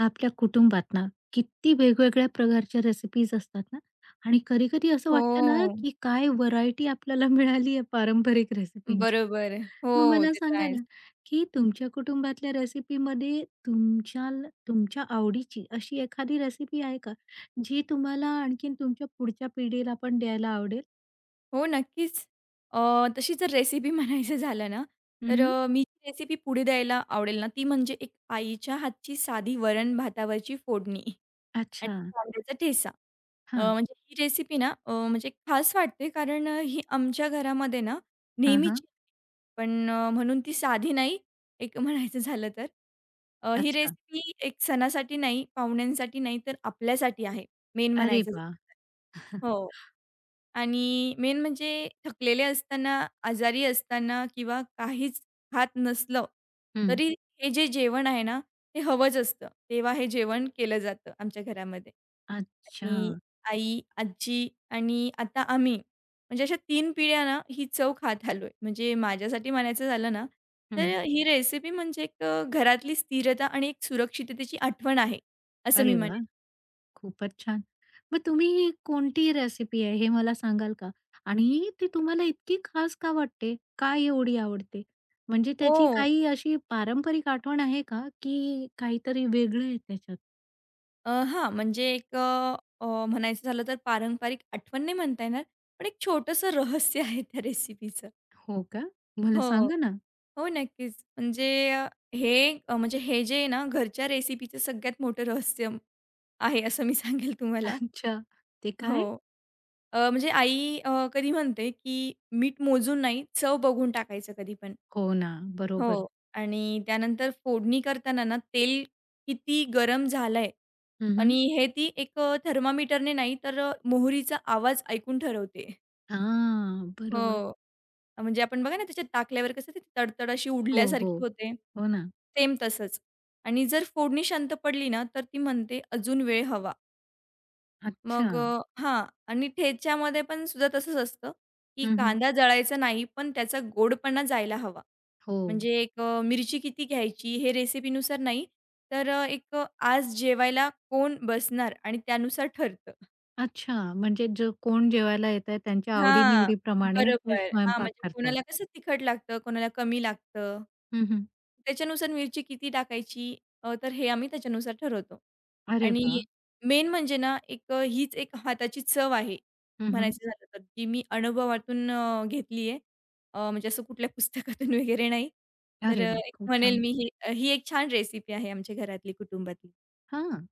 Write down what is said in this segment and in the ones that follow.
आपल्या कुटुंबात ना किती वेगवेगळ्या प्रकारच्या रेसिपीज असतात ना आणि कधी-कधी असं वाटतं ना, हो, की काय व्हरायटी आपल्याला मिळाली आहे पारंपरिक रेसिपींची. बरोबर. हो, मग मला ते तर सांगा आहेच. ना, की तुमच्या कुटुंबातल्या रेसिपीमध्ये तुमच्या तुमच्या आवडीची अशी एखादी रेसिपी आहे का? जी तुम्हाला आणखीन तुमच्या पुढच्या पिढीला पण द्यायला आवडेल? हो, नक्कीच. तशी जर रेसिपी म्हणायचं झालं ना, तर हं. मी जी रेसिपी पुढे द्यायला आवडेल ना, ती म्हणजे एक आईच्या हातची साधी वरण भातावरची फोडणी आणि अच्छा. कांद्याचा ठेचा. हां. म्हणजे ही रेसिपी ना, म्हणजे खास वाटते कारण ही आमच्या घरामध्ये ना, हां, हां. नेहमीची पण म्हणून ती साधी नाही, एक म्हणायचं झालं तर. ही अच्छा. रेसिपी एक सणासाठी नाही, पाहुण्यांसाठी नाही, तर आपल्यासाठी आहे, मेन अरे म्हणायचं वाह! झालं तर. हो. आणि मेन म्हणजे थकलेले असताना, आजारी असताना किंवा काहीच खात नसलं, हं. तरी हे जे जेवण आहे ना, ते हवंच असतं. तेव्हा हे जेवण केलं जातं आमच्या घरामध्ये. अच्छा. आणि आई, आजी आणि आता आम्ही, म्हणजे अशा तीन पिढ्या ना ही चव खात आलोय. म्हणजे माझ्यासाठी म्हणायचं झालं ना, तर हं. ही रेसिपी म्हणजे एक घरातली स्थिरता आणि एक सुरक्षिततेची आठवण आहे, असं मी अरे म्हणेन. वाह! खूपच छान. मग तुम्ही कोणती रेसिपी आहे हे मला सांगाल का? आणि ती तुम्हाला इतकी खास का वाटते? का एवढी आवडते? म्हणजे हो. त्याची काही अशी पारंपरिक आठवण आहे का? की काहीतरी वेगळं आहे त्याच्यात? हां, म्हणजे एक अ, अ, म्हणायचं झालं तर पारंपरिक आठवण नाही म्हणता येणार, पण एक छोटंसं रहस्य आहे त्या रेसिपीचं. हो का? मला हो. सांगा ना? हो, नक्कीच. म्हणजे अ, हे म्हणजे हे जे आहे ना घरच्या रेसिपीचं सगळ्यात मोठं रहस्य आहे असं मी सांगेल तुम्हाला. अच्छा. ते हो. काय? म्हणजे आई कधी म्हणते, की मीठ मोजून नाही, चव बघून टाकायचं कधी पण. हो ना, बरोबर. हो. आणि त्यानंतर फोडणी करताना ना, तेल किती गरम झालंय हं, हं. आणि हे ती एक थर्मामीटरने नाही, तर मोहरीचा आवाज ऐकून ठरवते. बरोबर. हो. म्हणजे आपण बघा ना, त्याच्यात टाकल्यावर कसं ती तडतड अशी हो, हो. उडल्यासारखी होते. हो ना. सेम तसंच. आणि जर फोडणी शांत पडली ना, तर ती म्हणते, "अजून वेळ हवा." अच्छा. मग अ, हां आणि ठेच्यामध्ये पण सुद्धा तसंच असतं, की हं, कांदा जळायचा नाही, पण त्याचा गोडपणा जायला हवा. हो. म्हणजे एक मिरची किती घ्यायची हे रेसिपीनुसार नाही, तर आज जेवायला कोण बसणार आणि त्यानुसार ठरतं. अच्छा, म्हणजे जो कोण जेवायला येतंय त्यांच्या आवडी हां, ते बरोबर. हां, स्वयंपाक म्हणजे करतात. कोणाला कसं तिखट लागतं, कोणाला कमी लागतं. हं, हं. त्याच्यानुसार मिरची किती टाकायची तर हे आम्ही त्याच्यानुसार ठरवतो. अरे वा, आणि मेन म्हणजे ना, एक हीच एक हाताची चव आहे, हं, हं. म्हणायचं झालं तर, जी मी अनुभवातून घेतली आहे. म्हणजे असं कुठल्या पुस्तकातून वगैरे नाही. तर अरे वा, एक खूप म्हणेल छान. मी ही ही एक छान रेसिपी आहे आमच्या घरातली, कुटुंबातली. हां,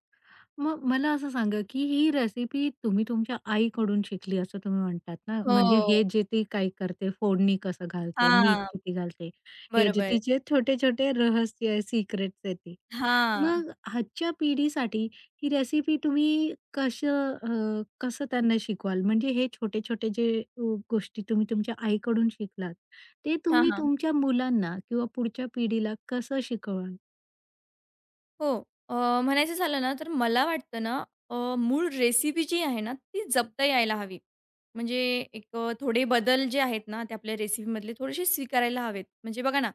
मग मला असं सांगा, की ही रेसिपी तुम्ही तुमच्या आईकडून शिकली असं तुम्ही म्हणतात ना, म्हणजे हे हो. जे ती काय करते, फोडणी कसं घालते, मीठ हां, किती घालते, हे जे बरोबर. तिचे छोटे-छोटे रहस्य आहे, सिक्रेट्स आहे ते. हां. मग आजच्या पिढीसाठी ही रेसिपी तुम्ही कसं त्यांना शिकवाल? म्हणजे हे छोटे-छोटे जे अ, गोष्टी तुम्ही तुमच्या आईकडून शिकलात, ते हां, तुम्ही हां. तुमच्या मुलांना किंवा पुढच्या पिढीला कसं शिकवाल? हो. अ, म्हणायचं झालं ना, तर मला वाटतं ना, मूळ रेसिपी जी आहे ना, ती जपता यायला हवी. म्हणजे एक थोडे बदल जे आहेत ना, ते आपल्या रेसिपीमधले थोडेसे स्वीकारायला हवेत. म्हणजे बघा ना,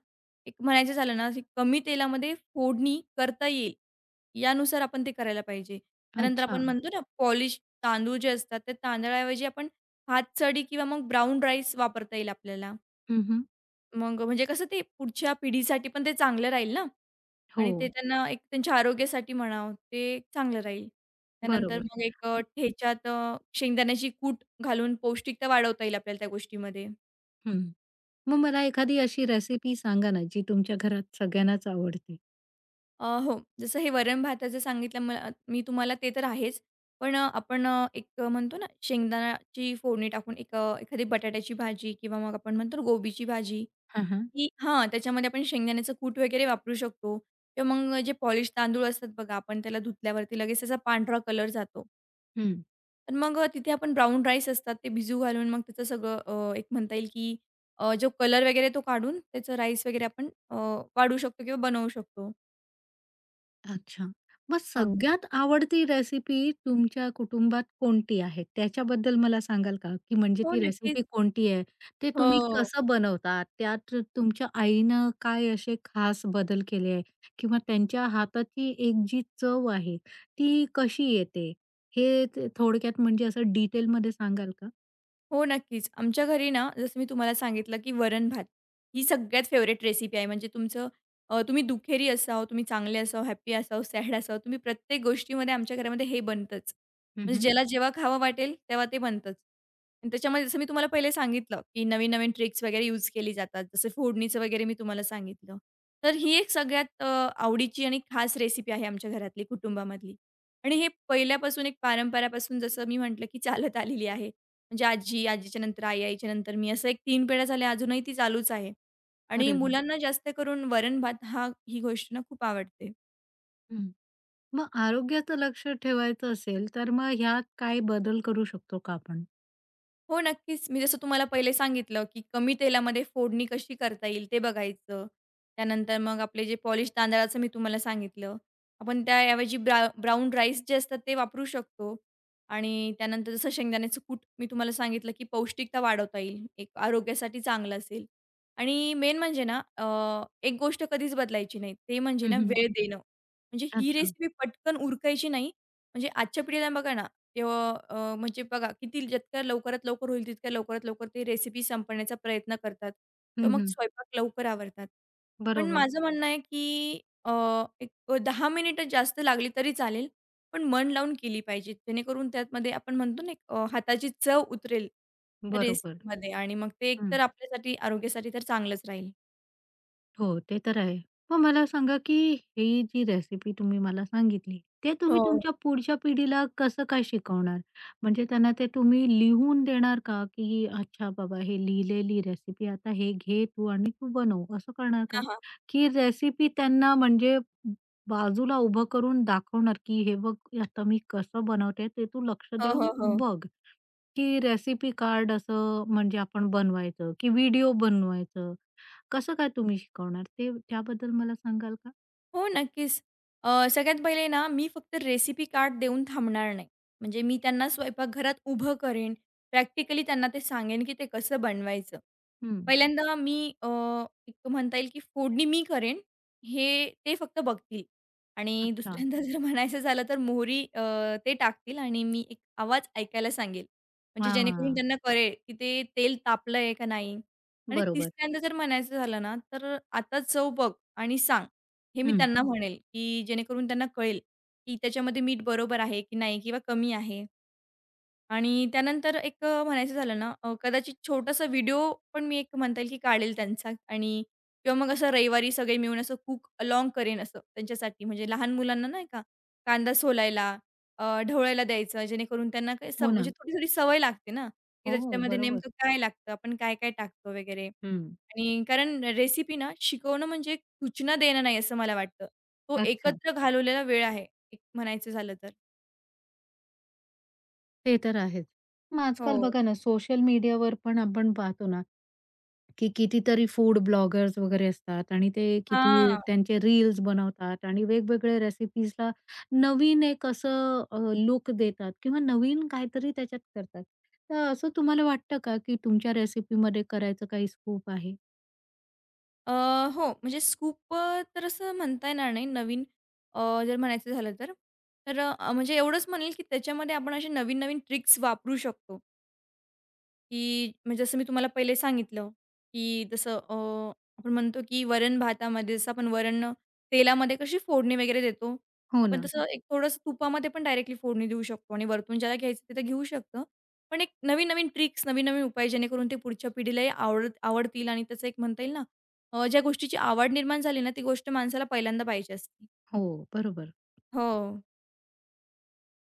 एक म्हणायचं झालं ना, की कमी तेलामध्ये फोडणी करता येईल, यानुसार आपण ते करायला पाहिजे. त्यानंतर अच्छा. आपण म्हणतो ना, पॉलिश तांदूळ जे असतात, त्या तांदळाऐवजी आपण हातसडी किंवा मग ब्राउन राईस वापरता येईल आपल्याला. हं, मग म्हणजे कसं ते पुढच्या पिढीसाठी पण ते चांगलं राहील ना हो, आणि ते त्यांना एक त्यांच्या आरोग्यासाठी म्हणावं ते चांगलं राहील. त्यानंतर बरोबर. मग एक ठेच्यात शेंगदाण्याची कूट घालून पौष्टिकता वाढवता येईल आपल्याला त्या गोष्टीमध्ये. हं. मग मला एखादी अशी रेसिपी सांगा ना, जी तुमच्या घरात सगळ्यांनाच आवडते? हो, जसं हे वरण भाताचं सांगितलं मी तुम्हाला ते तर आहेच. पण आपण एक म्हणतो ना शेंगदाण्याची फोडणी टाकून एक एखादी बटाट्याची भाजी किंवा मग आपण म्हणतो ना, गोबीची भाजी हां, हां. की हां, त्याच्यामध्ये आपण शेंगदाण्याचं कूट वगैरे वापरू शकतो किंवा मग जे पॉलिश तांदूळ असतात बघा, आपण त्याला धुतल्यावरती लगेच त्याचा पांढरा कलर जातो. हं. तर मग तिथे आपण ब्राउन राईस असतात ते भिजू घालून मग त्याचं सगळं एक म्हणता येईल की जो कलर वगैरे तो काढून त्याचं राईस वगैरे आपण वाढू शकतो किंवा बनवू शकतो. अच्छा. मग हां. सगळ्यात आवडती रेसिपी तुमच्या कुटुंबात कोणती आहे? त्याच्याबद्दल मला सांगाल का? की म्हणजे हो, ती नक्कीच. रेसिपी कोणती आहे? ते तुम्ही हो. कसं बनवता? त्यात तुमच्या आईनं काय असे खास बदल केले आहे? किंवा त्यांच्या हाताची एक जी चव आहे, ती कशी येते? हे ते थोडक्यात म्हणजे असं डिटेलमध्ये सांगाल का? हो, नक्कीच. आमच्या घरी ना, जसं मी तुम्हाला सांगितलं, की वरण-भात ही सगळ्यात फेव्हरेट रेसिपी आहे. म्हणजे तुमचं तुम्ही दुहेरी असावं, तुम्ही चांगले असावं, हॅपी असावं, सॅड असावं, तुम्ही प्रत्येक गोष्टीमध्ये आमच्या घरामध्ये हे बनतंच. म्हणजे हं, ज्याला जेव्हा खावं वाटेल, तेव्हा ते बनतंच. आणि त्याच्यामध्ये जसं मी तुम्हाला पहिले सांगितलं, की नवीन-नवीन ट्रिक्स वगैरे यूज केली जातात. जसं फोडणीचं वगैरे मी तुम्हाला सांगितलं. तर ही एक सगळ्यात आवडीची आणि खास रेसिपी आहे आमच्या घरातली, कुटुंबामधली. आणि हे पहिल्यापासून एक परंपरापासून जसं मी म्हटलं, की चालत आलेली आहे. म्हणजे आजी, आजीच्या नंतर आई, आईच्या नंतर मी, असं एक 3 पिढ्या झाल्या अजूनही ती चालूच आहे. आणि अरे मुलांना जास्त करून वरण-भात हा ही गोष्ट ना खूप आवडते. वाह! मग आरोग्याचं लक्ष ठेवायचं असेल, तर मग ह्यात काय बदल करू शकतो का आपण? हो, नक्कीच. मी जसं तुम्हाला पहिले सांगितलं, की कमी तेलामध्ये फोडणी कशी करता येईल ते बघायचं. त्यानंतर मग आपले जे पॉलिश तांदळाचं मी तुम्हाला सांगितलं. आपण त्याऐवजी ब्राउन राईस जे असतात ते वापरू शकतो. आणि त्यानंतर जसं शेंगदाण्याचं कूट मी तुम्हाला सांगितलं, की पौष्टिकता वाढवता येईल. एक आरोग्यासाठी चांगलं असेल. आणि मेन म्हणजे ना, एक गोष्ट कधीच बदलायची नाही. ते म्हणजे ना हं, वेळ देणं. म्हणजे ही अच्छा. रेसिपी पटकन उरकायची नाही. म्हणजे आजच्या पिढीला बघा ना तेव्हा म्हणजे बघा किती जितक्या लवकरात लवकर होईल तितक्या लवकरात लवकर ते रेसिपी संपवण्याचा प्रयत्न करतात किंवा हं, मग हं. स्वयंपाक लवकर आवरतात. पण बरोबर, माझं म्हणणं आहे की एक 10 मिनिटं जास्त लागली तरी चालेल, पण मन लावून केली पाहिजे. जेणेकरून त्यामध्ये आपण म्हणतो ना एक हाताची चव उतरेल त्या बरोबर. रेसिपीमध्ये आणि मग ते एकतर आपल्यासाठी आरोग्यासाठी तर चांगलंच राहील. हो, ते तर आहे. मग मला सांगा, की ही जी रेसिपी तुम्ही मला सांगितली, ते तुम्ही हो. तुमच्या पुढच्या पिढीला कसं काय शिकवणार? म्हणजे त्यांना ते तुम्ही लिहून देणार का, की अच्छा बाबा हे लिहिलेली रेसिपी आता हे घे तू आणि तू बनव, असं करणार का? हां, हां. की रेसिपी त्यांना म्हणजे बाजूला उभं करून दाखवणार, की हे बघ आता मी कसं बनवते ते तू लक्ष हो, हो, देऊन हो. बघ, की रेसिपी कार्ड असं म्हणजे आपण बनवायचं की व्हिडिओ बनवायचं? कसं काय तुम्ही शिकवणार ते त्याबद्दल मला सांगाल का? हो, नक्कीच. सगळ्यात पहिले ना, मी फक्त रेसिपी कार्ड देऊन थांबणार नाही. म्हणजे मी त्यांना स्वयंपाकघरात उभं करेन, प्रॅक्टिकली त्यांना ते सांगेन, की ते कसं बनवायचं. हं. पहिल्यांदा मी अ, एक म्हणता येईल की फोडणी मी करेन, हे ते फक्त बघतील आणि अच्छा. दुसऱ्यांदा जर म्हणायचं झालं तर मोहरी ते टाकतील आणि मी एक आवाज ऐकायला सांगेल. म्हणजे जेणेकरून हां. त्यांना कळेल की ते तेल तापलंय का नाही? आणि बरोबर. तिसऱ्यांदा जर म्हणायचं झालं ना, तर "आता चव बघ आणि सांग." हे मी हं. त्यांना म्हणेल, की जेणेकरून त्यांना कळेल, की त्याच्यामध्ये मीठ बरोबर आहे की नाही किंवा कमी आहे. आणि त्यानंतर एक म्हणायचं झालं ना, कदाचित छोटासा व्हिडिओ पण मी एक म्हणता येईल की काढेल त्यांचा आणि किंवा मग असं रविवारी सगळे मिळून असं कुक अलॉंग करेन असं त्यांच्यासाठी. म्हणजे लहान मुलांना नाही का कांदा सोलायला, ढवळायला द्यायचं जेणेकरून त्यांना काही हो म्हणजे ना. थोडी-थोडी सवय लागते ना, की हो, त्याच्यामध्ये बरोबर. नेमकं काय लागतं, आपण काय-काय टाकतो वगैरे. हं. आणि कारण रेसिपी ना शिकवणं म्हणजे सूचना देणं नाही असं मला वाटतं. तो अच्छा. एकत्र घालवलेला वेळ आहे, एक म्हणायचं झालं तर. ते तर आहेच. मग आजकाल हो. बघा ना, सोशल मीडियावर पण आपण पाहतो ना, की कितीतरी फूड ब्लॉगर्स वगैरे असतात आणि ते किती हां. त्यांचे रील्स बनवतात आणि वेगवेगळ्या रेसिपीजला नवीन एक असं लूक देतात किंवा नवीन काहीतरी त्याच्यात करतात. तर असं तुम्हाला वाटतं का, की तुमच्या रेसिपीमध्ये करायचं काही स्कोप आहे? अ, हो, म्हणजे स्कूप तर असं म्हणता येणार नाही नवीन जर म्हणायचं झालं तर. तर म्हणजे एवढंच म्हणेल की त्याच्यामध्ये आपण असे नवीन-नवीन ट्रिक्स वापरू शकतो. की म्हणजे जसं मी तुम्हाला पहिले सांगितलं, की जसं आपण म्हणतो की वरण-भातामध्ये जसं आपण वरण तेलामध्ये कशी फोडणी वगैरे देतो, हो आपण हं. ना. तसं एक थोडंसं तुपामध्ये पण डायरेक्टली फोडणी देऊ शकतो आणि वरतून ज्याला घ्यायचं तिथं घेऊ शकतं. पण एक नवीन-नवीन ट्रिक्स, नवीन-नवीन उपाय जेणेकरून ते पुढच्या पिढीलाही आवडतील आणि त्याचं एक म्हणता येईल ना, ज्या गोष्टीची आवड निर्माण झाली ना, ती गोष्ट माणसाला पहिल्यांदा पाहिजे असते. हो, बरोबर. हो.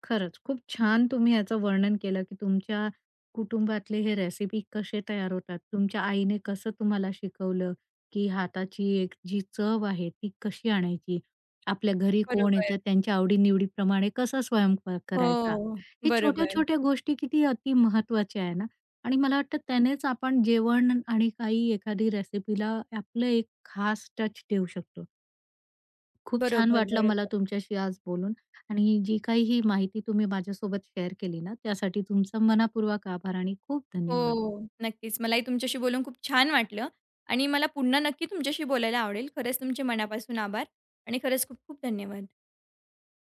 खरंच खूप छान तुम्ही याचं वर्णन केलं, की तुमच्या कुटुंबातले हे रेसिपी कसे तयार होतात. तुमच्या आईने कसं तुम्हाला शिकवलं, की हाताची एक जी चव आहे ती कशी आणायची. आपल्या घरी कोण बरोबर. येतं त्यांच्या आवडी-निवडीप्रमाणे कसा स्वयंपाक करायचा. हो. हे बरोबर. छोट्या-छोट्या गोष्टी किती अति महत्त्वाच्या आहे ना आणि मला वाटतं त्यानेच आपण जेवण आणि काही एखादी रेसिपीला आपलं एक खास टच देऊ शकतो. खूप छान बरोबर, वाटलं मला बरोबर. तुमच्याशी आज बोलून आणि जी काही ही माहिती तुम्ही माझ्यासोबत शेअर केली ना त्यासाठी तुमचा मनापूर्वक आभार आणि खूप धन्यवाद. हो, नक्कीच. मलाही तुमच्याशी बोलून खूप छान वाटलं आणि मला पुन्हा नक्की तुमच्याशी बोलायला आवडेल. खरंच तुमचे मनापासून आभार आणि खरंच खूप खूप धन्यवाद.